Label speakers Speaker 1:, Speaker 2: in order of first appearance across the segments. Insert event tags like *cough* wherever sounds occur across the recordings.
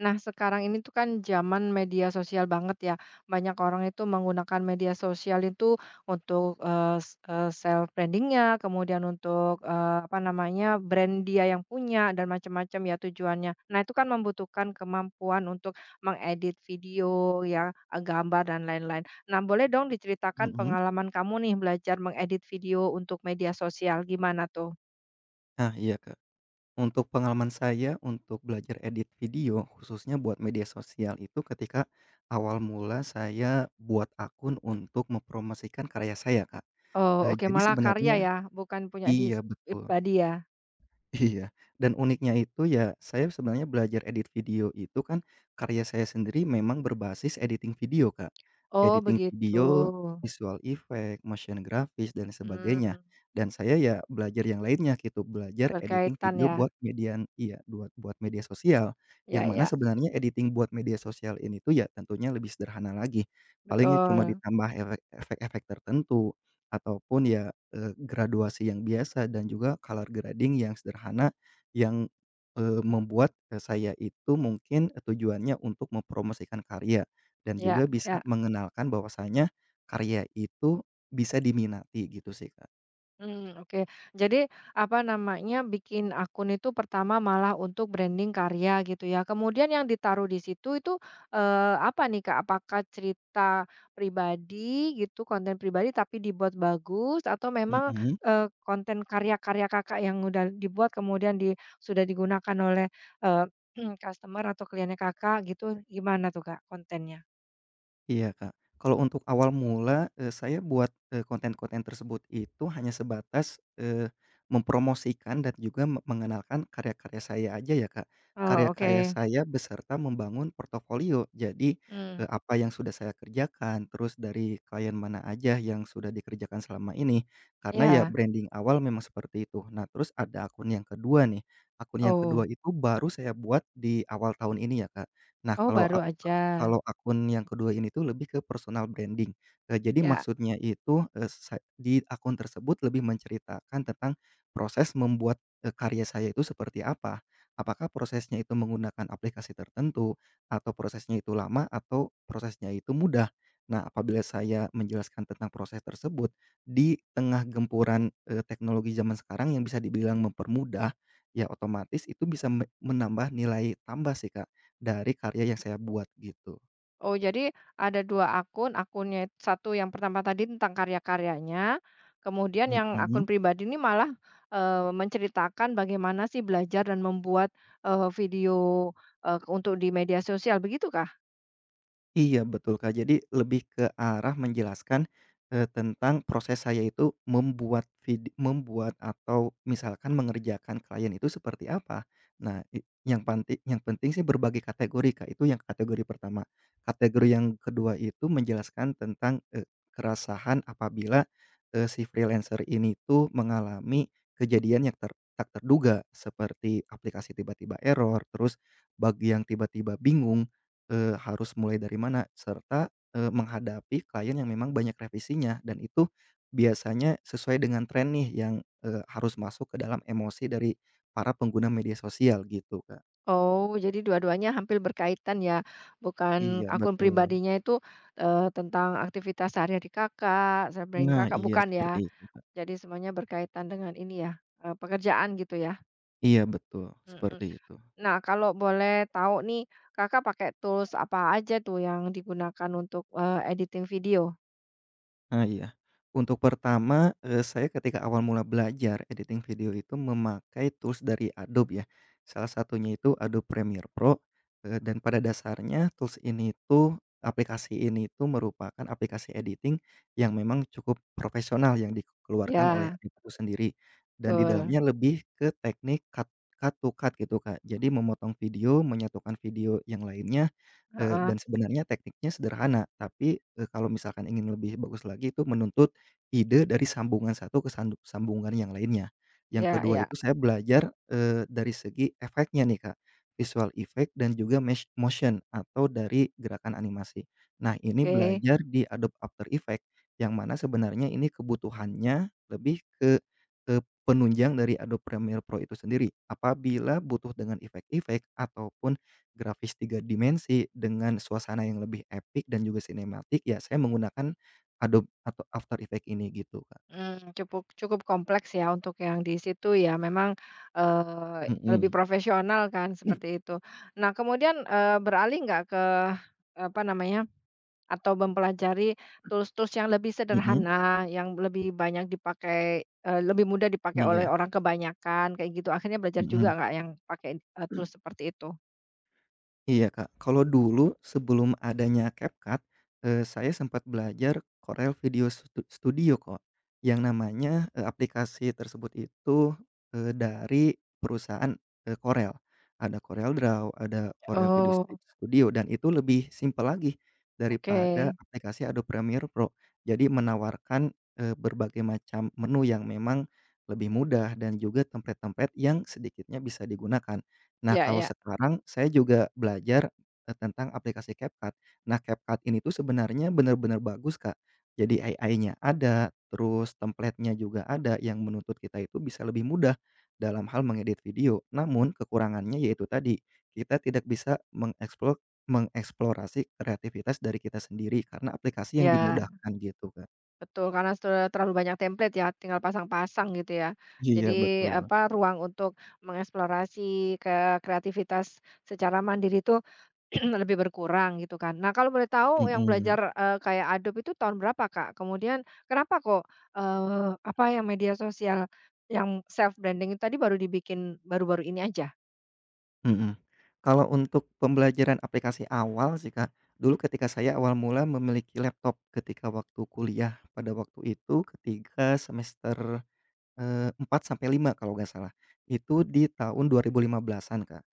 Speaker 1: Nah, sekarang ini tuh kan zaman media sosial banget ya. Banyak orang itu menggunakan media sosial itu untuk self brandingnya, kemudian untuk apa namanya brand dia yang punya dan macam-macam ya tujuannya. Nah, itu kan membutuhkan kemampuan untuk mengedit video ya, gambar dan lain-lain. Nah, boleh dong diceritakan
Speaker 2: Mhm.
Speaker 1: pengalaman kamu nih belajar mengedit video untuk media sosial gimana tuh?
Speaker 2: Ah, iya, Kak. Untuk pengalaman saya untuk belajar edit video, khususnya buat media sosial itu ketika awal mula saya buat akun untuk mempromosikan karya saya, Kak.
Speaker 1: Oh, oke,
Speaker 2: Jadi
Speaker 1: malah karya
Speaker 2: sebenarnya
Speaker 1: ya, bukan punya di
Speaker 2: iya, betul.
Speaker 1: pribadi ya.
Speaker 2: Iya, dan uniknya itu ya, saya sebenarnya belajar edit video itu kan, karya saya sendiri memang berbasis editing video, Kak.
Speaker 1: Oh
Speaker 2: Editing
Speaker 1: begitu.
Speaker 2: video, visual effect, motion grafis, dan sebagainya.
Speaker 1: Hmm,
Speaker 2: Dan saya ya belajar yang lainnya gitu, belajar editing
Speaker 1: berkaitan
Speaker 2: video
Speaker 1: ya,
Speaker 2: buat median iya, buat buat media sosial. Yang
Speaker 1: ya
Speaker 2: mana
Speaker 1: ya,
Speaker 2: sebenarnya editing buat media sosial ini tuh ya tentunya lebih sederhana lagi. Palingnya cuma
Speaker 1: betul,
Speaker 2: ditambah efek-efek tertentu, ataupun ya graduasi yang biasa dan juga color grading yang sederhana yang, membuat, saya itu mungkin, tujuannya untuk mempromosikan karya dan
Speaker 1: ya
Speaker 2: juga bisa
Speaker 1: ya.
Speaker 2: mengenalkan bahwasanya karya itu bisa diminati gitu sih, Kak.
Speaker 1: Hmm, oke. Jadi, apa namanya, bikin akun itu pertama malah untuk branding karya gitu ya. Kemudian yang ditaruh di situ itu, apa nih, Kak? Apakah cerita pribadi gitu, konten pribadi tapi dibuat bagus atau memang,
Speaker 2: Mhm.
Speaker 1: konten karya-karya Kakak yang udah dibuat kemudian di sudah digunakan oleh, eee, *clears throat* customer atau kliennya Kakak gitu, gimana tuh, Kak, kontennya?
Speaker 2: Iya, Kak. Kalau untuk awal mula, saya buat, konten-konten tersebut itu hanya sebatas, mempromosikan dan juga mengenalkan karya-karya saya aja ya, Kak.
Speaker 1: Oh,
Speaker 2: Karya-karya
Speaker 1: oke.
Speaker 2: saya beserta membangun portofolio. Jadi,
Speaker 1: Hmm,
Speaker 2: apa yang sudah saya kerjakan, terus dari klien mana aja yang sudah dikerjakan selama ini. Karena ya
Speaker 1: ya.
Speaker 2: branding awal memang seperti itu. Nah, terus ada akun yang kedua nih. Akun yang
Speaker 1: Oh.
Speaker 2: kedua itu baru saya buat di awal tahun ini ya, Kak. Nah,
Speaker 1: Oh,
Speaker 2: kalau a
Speaker 1: baru aja.
Speaker 2: Kalau akun yang kedua ini tuh lebih ke personal branding, jadi
Speaker 1: Ya.
Speaker 2: maksudnya itu, eee, sa di akun tersebut lebih menceritakan tentang proses membuat, karya saya itu seperti apa. Apakah prosesnya itu menggunakan aplikasi tertentu, atau prosesnya itu lama, atau prosesnya itu mudah. Nah, apabila saya menjelaskan tentang proses tersebut, di tengah gempuran, teknologi zaman sekarang yang bisa dibilang mempermudah, ya otomatis itu bisa menambah nilai tambah sih, Kak. Dari karya yang saya buat gitu,
Speaker 1: Oh, jadi ada 2 akun, akunnya satu yang pertama tadi tentang karya-karyanya, kemudian yang akun
Speaker 2: mhm.
Speaker 1: pribadi ini malah, menceritakan bagaimana sih belajar dan membuat, video, untuk di media sosial, begitukah?
Speaker 2: Iya betul, Kak. Jadi lebih ke arah menjelaskan, tentang proses saya itu membuat membuat atau misalkan mengerjakan klien itu seperti apa. Nah, i yang panti Yang penting sih berbagi kategori, Kak, itu yang kategori pertama. Kategori yang kedua itu menjelaskan tentang, keresahan apabila, si freelancer ini tuh mengalami kejadian yang tak terduga seperti aplikasi tiba-tiba error, terus bug yang tiba-tiba bingung harus mulai dari mana, serta, menghadapi klien yang memang banyak revisinya dan itu biasanya sesuai dengan tren nih yang, harus masuk ke dalam emosi dari para pengguna media sosial gitu, Kak.
Speaker 1: Oh, jadi dua-duanya hampir berkaitan ya, bukan
Speaker 2: Iya
Speaker 1: akun
Speaker 2: betul.
Speaker 1: pribadinya itu, tentang aktivitas sehari-hari Kakak, selebgram
Speaker 2: Nah,
Speaker 1: Kakak,
Speaker 2: iya
Speaker 1: bukan
Speaker 2: seperti
Speaker 1: ya?
Speaker 2: itu, Kak.
Speaker 1: Jadi semuanya berkaitan dengan ini ya, pekerjaan gitu ya?
Speaker 2: Iya betul,
Speaker 1: Mhm.
Speaker 2: seperti itu.
Speaker 1: Nah, kalau boleh tahu nih, Kakak pakai tools apa aja tuh yang digunakan untuk, editing video?
Speaker 2: Ah, iya. Untuk pertama, saya ketika awal mula belajar editing video itu memakai tools dari Adobe ya. Salah satunya itu Adobe Premiere Pro, dan pada dasarnya tools ini tuh, aplikasi ini tuh merupakan aplikasi editing yang memang cukup profesional yang dikeluarkan oleh
Speaker 1: Ya,
Speaker 2: Adobe itu sendiri, dan di
Speaker 1: betul,
Speaker 2: dalamnya lebih ke teknik cut cut to cut gitu, Kak. Jadi memotong video, menyatukan video yang lainnya.
Speaker 1: heeh,
Speaker 2: Dan sebenarnya tekniknya sederhana, tapi, kalau misalkan ingin lebih bagus lagi itu menuntut ide dari sambungan satu ke sambungan yang lainnya. Yang
Speaker 1: ya
Speaker 2: kedua
Speaker 1: ya,
Speaker 2: itu saya belajar, dari segi efeknya nih, Kak, visual effect dan juga mesh motion atau dari gerakan animasi. Nah, ini
Speaker 1: oke,
Speaker 2: belajar di Adobe After Effect yang mana sebenarnya ini kebutuhannya lebih. Penunjang dari Adobe Premiere Pro itu sendiri. Apabila butuh dengan efek-efek ataupun grafis 3 dimensi dengan suasana yang lebih epic dan juga sinematik, ya saya menggunakan Adobe atau After Effects ini gitu, Kak.
Speaker 1: mmm, cukup cukup kompleks ya untuk yang di situ ya, memang, lebih
Speaker 2: Mhm.
Speaker 1: profesional kan seperti itu. Nah kemudian, beralih nggak ke, apa namanya. Atau mempelajari tools-tools yang lebih
Speaker 2: Mhm,
Speaker 1: sederhana, yang lebih banyak dipakai, lebih mudah dipakai oleh
Speaker 2: iya,
Speaker 1: orang kebanyakan, kayak gitu. Akhirnya belajar
Speaker 2: mhm.
Speaker 1: juga nggak yang pakai, tools seperti itu.
Speaker 2: Iya, Kak. Kalau dulu sebelum adanya CapCut, saya sempat belajar Corel Video Studio, kok. Yang namanya, aplikasi tersebut itu, dari perusahaan, Corel. Ada Corel Draw, ada Corel Video
Speaker 1: Oh,
Speaker 2: Studio, dan itu lebih simpel lagi
Speaker 1: oke.
Speaker 2: daripada aplikasi Adobe Premiere Pro. Jadi menawarkan, berbagai macam menu yang memang lebih mudah dan juga template-template yang sedikitnya bisa digunakan. Nah,
Speaker 1: Ya
Speaker 2: kalau
Speaker 1: ya.
Speaker 2: sekarang saya juga belajar, tentang aplikasi CapCut. Nah, CapCut ini tuh sebenarnya bener-bener bagus, Kak. Jadi AI-nya ada, terus template-nya juga ada yang menuntut kita itu bisa lebih mudah dalam hal mengedit video. Namun kekurangannya yaitu tadi, kita tidak bisa mengeksplorasi kreativitas dari kita sendiri karena aplikasi yang
Speaker 1: Ya,
Speaker 2: dimudahkan gitu, Kak.
Speaker 1: betul karena sudah terlalu banyak template ya, tinggal pasang-pasang gitu ya.
Speaker 2: Iya,
Speaker 1: Jadi,
Speaker 2: betul.
Speaker 1: apa, ruang untuk mengeksplorasi ke kreativitas secara mandiri itu *clears throat* lebih berkurang gitu kan. Nah kalau boleh tahu yang
Speaker 2: Mhm.
Speaker 1: belajar, kayak Adobe itu tahun berapa, Kak? Kemudian kenapa kok, apa yang media sosial yang self branding itu tadi baru dibikin baru-baru ini aja?
Speaker 2: Mhm. Kalau untuk pembelajaran aplikasi awal sih, Kak, dulu ketika saya awal mula memiliki laptop ketika waktu kuliah pada waktu itu ketika semester, 4 sampai 5 kalau nggak salah, itu di tahun 2015-an, Kak.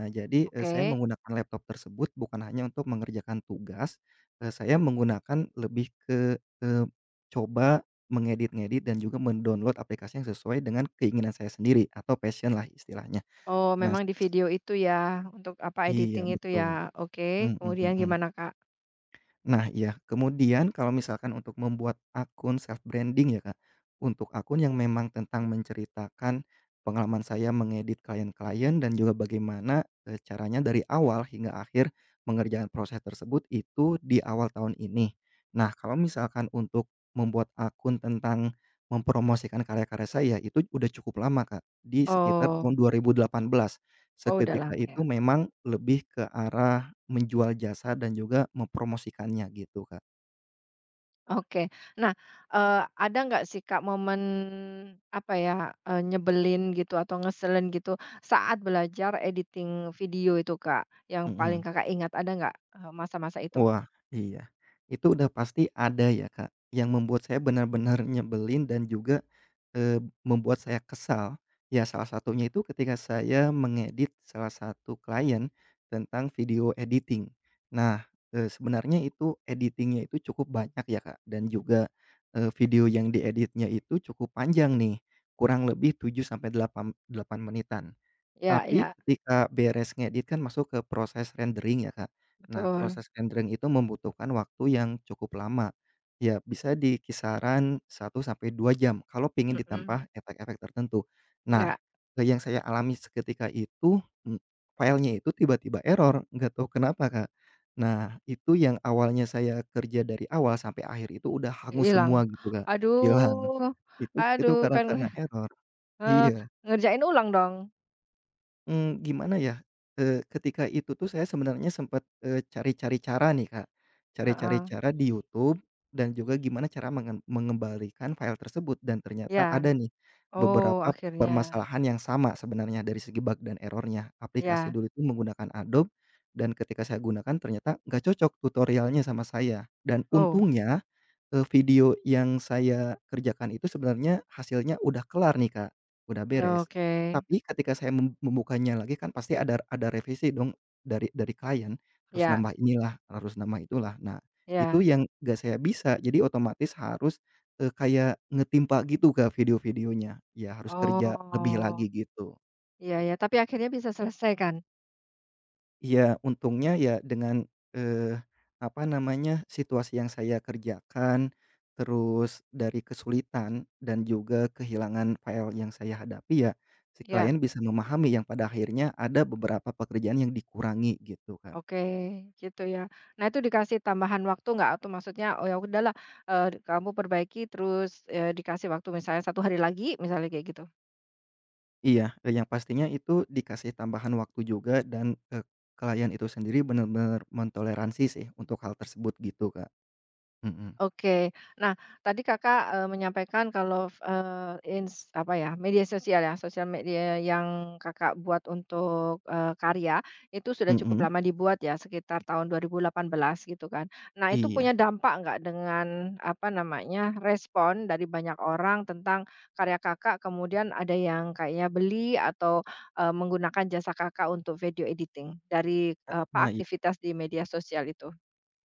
Speaker 2: Nah jadi, saya
Speaker 1: Oke.
Speaker 2: menggunakan laptop tersebut bukan hanya untuk mengerjakan tugas, saya menggunakan lebih ke, coba mengedit-ngedit dan juga mendownload aplikasi yang sesuai dengan keinginan saya sendiri atau passion-lah istilahnya.
Speaker 1: Oh
Speaker 2: Nah
Speaker 1: memang di video itu ya, untuk apa,
Speaker 2: Iya
Speaker 1: editing itu ya,
Speaker 2: betul,
Speaker 1: oke.
Speaker 2: mhm
Speaker 1: Kemudian
Speaker 2: mhm.
Speaker 1: gimana, Kak?
Speaker 2: Nah ya kemudian kalau misalkan untuk membuat akun self-branding ya Kak, untuk akun yang memang tentang menceritakan pengalaman saya mengedit klien-klien dan juga bagaimana, caranya dari awal hingga akhir mengerjakan proses tersebut itu di awal tahun ini. Nah kalau misalkan untuk membuat akun tentang mempromosikan karya-karya saya itu udah cukup lama Kak, di sekitar tahun
Speaker 1: Oh
Speaker 2: 2018.
Speaker 1: oh, udah
Speaker 2: Seketika
Speaker 1: lama
Speaker 2: itu
Speaker 1: ya.
Speaker 2: memang lebih ke arah menjual jasa dan juga mempromosikannya gitu, Kak.
Speaker 1: Oke. Nah, eee, ada nggak sih, Kak, momen, apa ya, nyebelin gitu atau ngeselin gitu saat belajar editing video itu, Kak, yang paling
Speaker 2: Mhm.
Speaker 1: Kakak ingat ada nggak, masa-masa itu?
Speaker 2: Wah, iya. Itu udah pasti ada ya, Kak, yang membuat saya benar-benar nyebelin dan juga, eee, membuat saya kesal. Ya salah satunya itu ketika saya mengedit salah satu klien tentang video editing. Nah, Sebenarnya itu editing-nya itu cukup banyak ya, Kak, dan juga, video yang dieditnya itu cukup panjang nih, kurang lebih 7 sampai delapan delapan menitan.
Speaker 1: Ya
Speaker 2: Tapi
Speaker 1: ya,
Speaker 2: ketika beres ngedit kan masuk ke proses rendering ya, Kak. Nah,
Speaker 1: betul,
Speaker 2: proses rendering itu membutuhkan waktu yang cukup lama, ya bisa di kisaran satu sampai 2 jam kalau pingin
Speaker 1: mhm,
Speaker 2: ditambah efek-efek tertentu. Nah,
Speaker 1: ya,
Speaker 2: yang saya alami seketika itu, filenya itu tiba-tiba error, nggak tahu kenapa, Kak. Nah, itu yang awalnya saya kerja dari awal sampai akhir itu udah hangus
Speaker 1: hilang.
Speaker 2: semua gitu, Kak, hilang.
Speaker 1: Aduh
Speaker 2: Itu
Speaker 1: aduh,
Speaker 2: karena
Speaker 1: kan,
Speaker 2: karena
Speaker 1: *laughs*
Speaker 2: error.
Speaker 1: eee,
Speaker 2: Iya.
Speaker 1: ngerjain ulang dong?
Speaker 2: Gimana ya, ketika itu tuh saya sebenarnya sempet, cari-cari cara nih, Kak. Cari-cari
Speaker 1: Heeh,
Speaker 2: cara di YouTube dan juga gimana cara mengembalikan file tersebut dan ternyata
Speaker 1: ya.
Speaker 2: ada nih
Speaker 1: Oh,
Speaker 2: beberapa
Speaker 1: akhirnya,
Speaker 2: permasalahan yang sama sebenarnya dari segi bug dan error-nya. Aplikasi
Speaker 1: ya.
Speaker 2: dulu itu menggunakan Adobe dan ketika saya gunakan ternyata nggak cocok tutorialnya sama saya dan
Speaker 1: Oh,
Speaker 2: untungnya. Video yang saya kerjakan itu sebenarnya hasilnya udah kelar nih, Kak, udah beres.
Speaker 1: oke.
Speaker 2: Tapi ketika saya membukanya lagi kan pasti ada revisi dong dari klien, harus
Speaker 1: Ya
Speaker 2: nambah inilah, harus nambah itulah. Nah, itu
Speaker 1: ya.
Speaker 2: yang nggak saya bisa, jadi otomatis harus, kayak ngetimpa gitu, Kak, video-videonya. Ya harus kerja lebih lagi
Speaker 1: Oh.
Speaker 2: gitu.
Speaker 1: Iya ya, tapi akhirnya bisa selesai kan?
Speaker 2: Iya, untungnya ya dengan, eee, apa namanya, situasi yang saya kerjakan, terus dari kesulitan dan juga kehilangan file yang saya hadapi ya, si
Speaker 1: Ya,
Speaker 2: klien bisa memahami yang pada akhirnya ada beberapa pekerjaan yang dikurangi gitu, Kak.
Speaker 1: oke, gitu ya. Nah, itu dikasih tambahan waktu nggak? Atau maksudnya, oh ya udahlah, kamu perbaiki terus, dikasih waktu misalnya satu hari lagi, misalnya kayak gitu?
Speaker 2: Iya, yang pastinya itu dikasih tambahan waktu juga dan, klien itu sendiri benar-benar mentoleransi sih untuk hal tersebut gitu, Kak. Mhm.
Speaker 1: Oke. Nah, tadi Kakak, menyampaikan kalau, eee, ins apa ya, media sosial ya, sosial media yang Kakak buat untuk, karya, itu sudah cukup
Speaker 2: Mhm,
Speaker 1: lama dibuat ya, sekitar tahun 2018 gitu kan. Nah, itu
Speaker 2: iya.
Speaker 1: punya dampak nggak dengan, apa namanya, respon dari banyak orang tentang karya Kakak, kemudian ada yang kayaknya beli atau, menggunakan jasa Kakak untuk video editing dari, apa,
Speaker 2: Nah
Speaker 1: aktivitas di media sosial itu?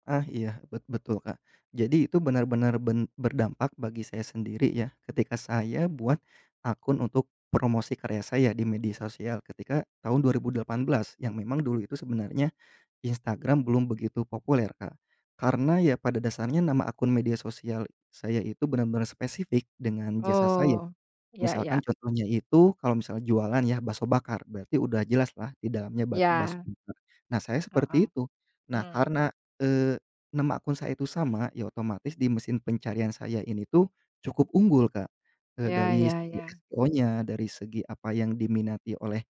Speaker 2: Ah, iya, betul, Kak. Jadi itu benar-benar berdampak bagi saya sendiri ya, ketika saya buat akun untuk promosi karya saya di media sosial ketika tahun 2018 yang memang dulu itu sebenarnya Instagram belum begitu populer, Kak. Karena ya pada dasarnya nama akun media sosial saya itu benar-benar spesifik dengan jasa saya.
Speaker 1: Oh, ya ya.
Speaker 2: Misalkan contohnya itu, kalau misalnya jualan ya bakso bakar, berarti udah jelas lah di dalamnya bakso
Speaker 1: Ya,
Speaker 2: bakar. Nah, saya
Speaker 1: heeh,
Speaker 2: seperti itu. Nah,
Speaker 1: mmm,
Speaker 2: karena, eee, nama akun saya itu sama, ya otomatis di mesin pencarian saya ini tuh cukup unggul, Kak.
Speaker 1: ya
Speaker 2: Dari
Speaker 1: ya
Speaker 2: segi
Speaker 1: ya,
Speaker 2: SEO-nya, dari segi apa yang diminati oleh,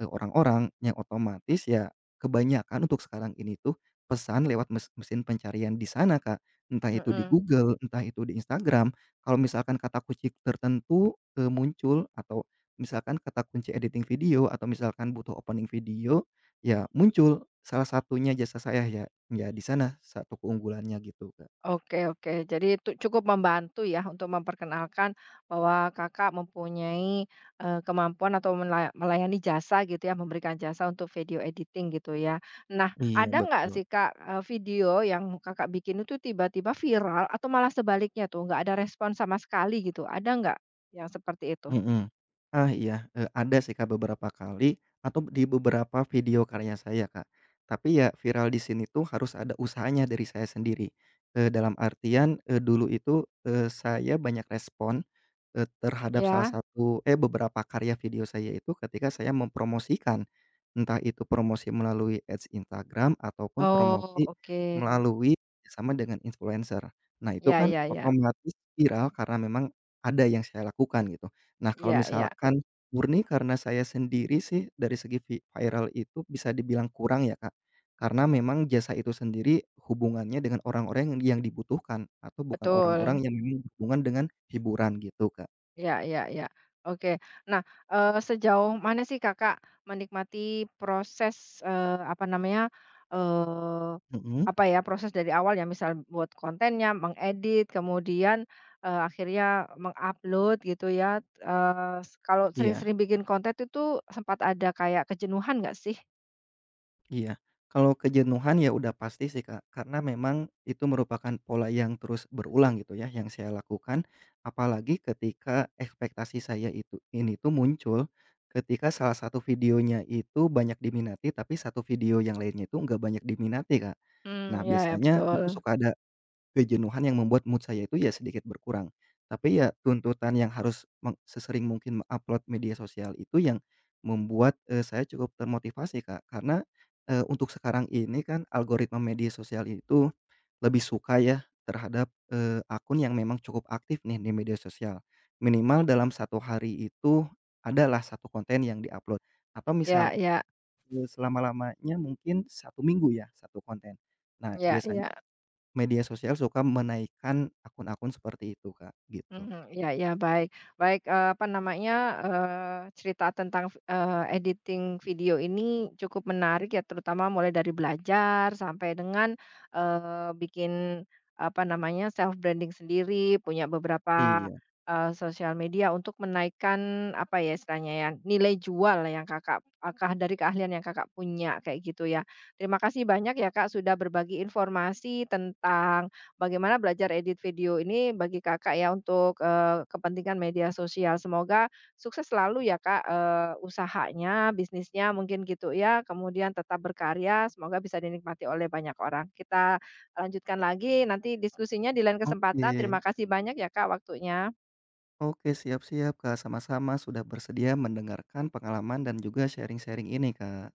Speaker 2: orang-orang, yang otomatis ya kebanyakan untuk sekarang ini tuh pesan lewat mesin pencarian di sana, Kak. Entah itu di
Speaker 1: mhm,
Speaker 2: Google, entah itu di Instagram. Kalau misalkan kata kunci tertentu, muncul atau misalkan kata kunci editing video atau misalkan butuh opening video, ya muncul salah satunya jasa saya ya, ya di sana satu keunggulannya gitu, Kak.
Speaker 1: oke oke. Jadi itu cukup membantu ya untuk memperkenalkan bahwa Kakak mempunyai, kemampuan atau mela melayani jasa gitu ya, memberikan jasa untuk video editing gitu ya. Nah,
Speaker 2: Iya
Speaker 1: ada nggak
Speaker 2: betul.
Speaker 1: sih Kak, video yang Kakak bikin itu tiba-tiba viral atau malah sebaliknya tuh nggak ada respon sama sekali gitu, ada nggak yang seperti itu?
Speaker 2: Mhm. Ah, iya, ada sih, Kak, beberapa kali atau di beberapa video karya saya, Kak. Tapi ya viral di sini tuh harus ada usahanya dari saya sendiri, dalam artian, dulu itu, saya banyak respon, terhadap salah
Speaker 1: Ya?
Speaker 2: satu beberapa karya video saya itu ketika saya mempromosikan, entah itu promosi melalui ads Instagram ataupun
Speaker 1: Oh,
Speaker 2: promosi
Speaker 1: oke.
Speaker 2: melalui kerjasama dengan influencer. Nah, itu
Speaker 1: Ya
Speaker 2: kan
Speaker 1: ya ya.
Speaker 2: otomatis viral karena memang ada yang saya lakukan gitu. Nah, kalau
Speaker 1: Ya, ya.
Speaker 2: misalkan murni karena saya sendiri sih dari segi viral itu bisa dibilang kurang ya, Kak. Karena memang jasa itu sendiri hubungannya dengan orang-orang yang dibutuhkan atau bukan
Speaker 1: Betul.
Speaker 2: orang-orang yang memang berhubungan dengan hiburan gitu, Kak.
Speaker 1: Ya, ya, ya. Oke. Nah, sejauh mana sih Kakak menikmati proses, apa namanya, eee,
Speaker 2: Mhm,
Speaker 1: apa ya, proses dari awal ya misal buat kontennya, mengedit, kemudian, akhirnya mengupload gitu ya, eee, s kalau
Speaker 2: iya.
Speaker 1: sering-sering bikin konten itu sempat ada kayak kejenuhan nggak sih?
Speaker 2: Iya, kalau kejenuhan ya udah pasti sih Kak, karena memang itu merupakan pola yang terus berulang gitu ya yang saya lakukan, apalagi ketika ekspektasi saya itu ini tuh muncul ketika salah satu videonya itu banyak diminati tapi satu video yang lainnya itu nggak banyak diminati Kak.
Speaker 1: Hmm,
Speaker 2: Nah
Speaker 1: ya ya
Speaker 2: biasanya itu
Speaker 1: betul.
Speaker 2: suka ada kejenuhan yang membuat mood saya itu ya sedikit berkurang. Tapi ya tuntutan yang harus sesering mungkin upload media sosial itu yang membuat, saya cukup termotivasi, Kak. Karena, untuk sekarang ini kan algoritma media sosial itu lebih suka ya terhadap, akun yang memang cukup aktif nih di media sosial. Minimal dalam satu hari itu adalah satu konten yang diupload, atau
Speaker 1: Ya
Speaker 2: misal,
Speaker 1: ya.
Speaker 2: selama-lamanya mungkin satu minggu ya satu konten. Nah
Speaker 1: Ya
Speaker 2: biasanya
Speaker 1: ya.
Speaker 2: media sosial suka menaikkan akun-akun seperti itu, Kak, gitu.
Speaker 1: Mhm, iya iya, baik baik, apa namanya, cerita tentang, editing video ini cukup menarik ya, terutama mulai dari belajar sampai dengan, bikin, apa namanya, self branding sendiri, punya beberapa,
Speaker 2: Iya.
Speaker 1: sosial media untuk menaikkan, apa ya istilahnya ya, nilai jual yang Kakak eee, dari keahlian yang Kakak punya, kayak gitu ya. Terima kasih banyak ya Kak, sudah berbagi informasi tentang bagaimana belajar edit video ini bagi Kakak ya untuk, kepentingan media sosial. Semoga sukses selalu ya Kak, usahanya, bisnisnya mungkin gitu ya, kemudian tetap berkarya, semoga bisa dinikmati oleh banyak orang. Kita lanjutkan lagi nanti diskusinya di lain
Speaker 2: Oke
Speaker 1: kesempatan. Terima kasih banyak ya Kak waktunya.
Speaker 2: oke, siap siap, Kak, sama-sama sudah bersedia mendengarkan pengalaman dan juga sharing-sharing ini, Kak.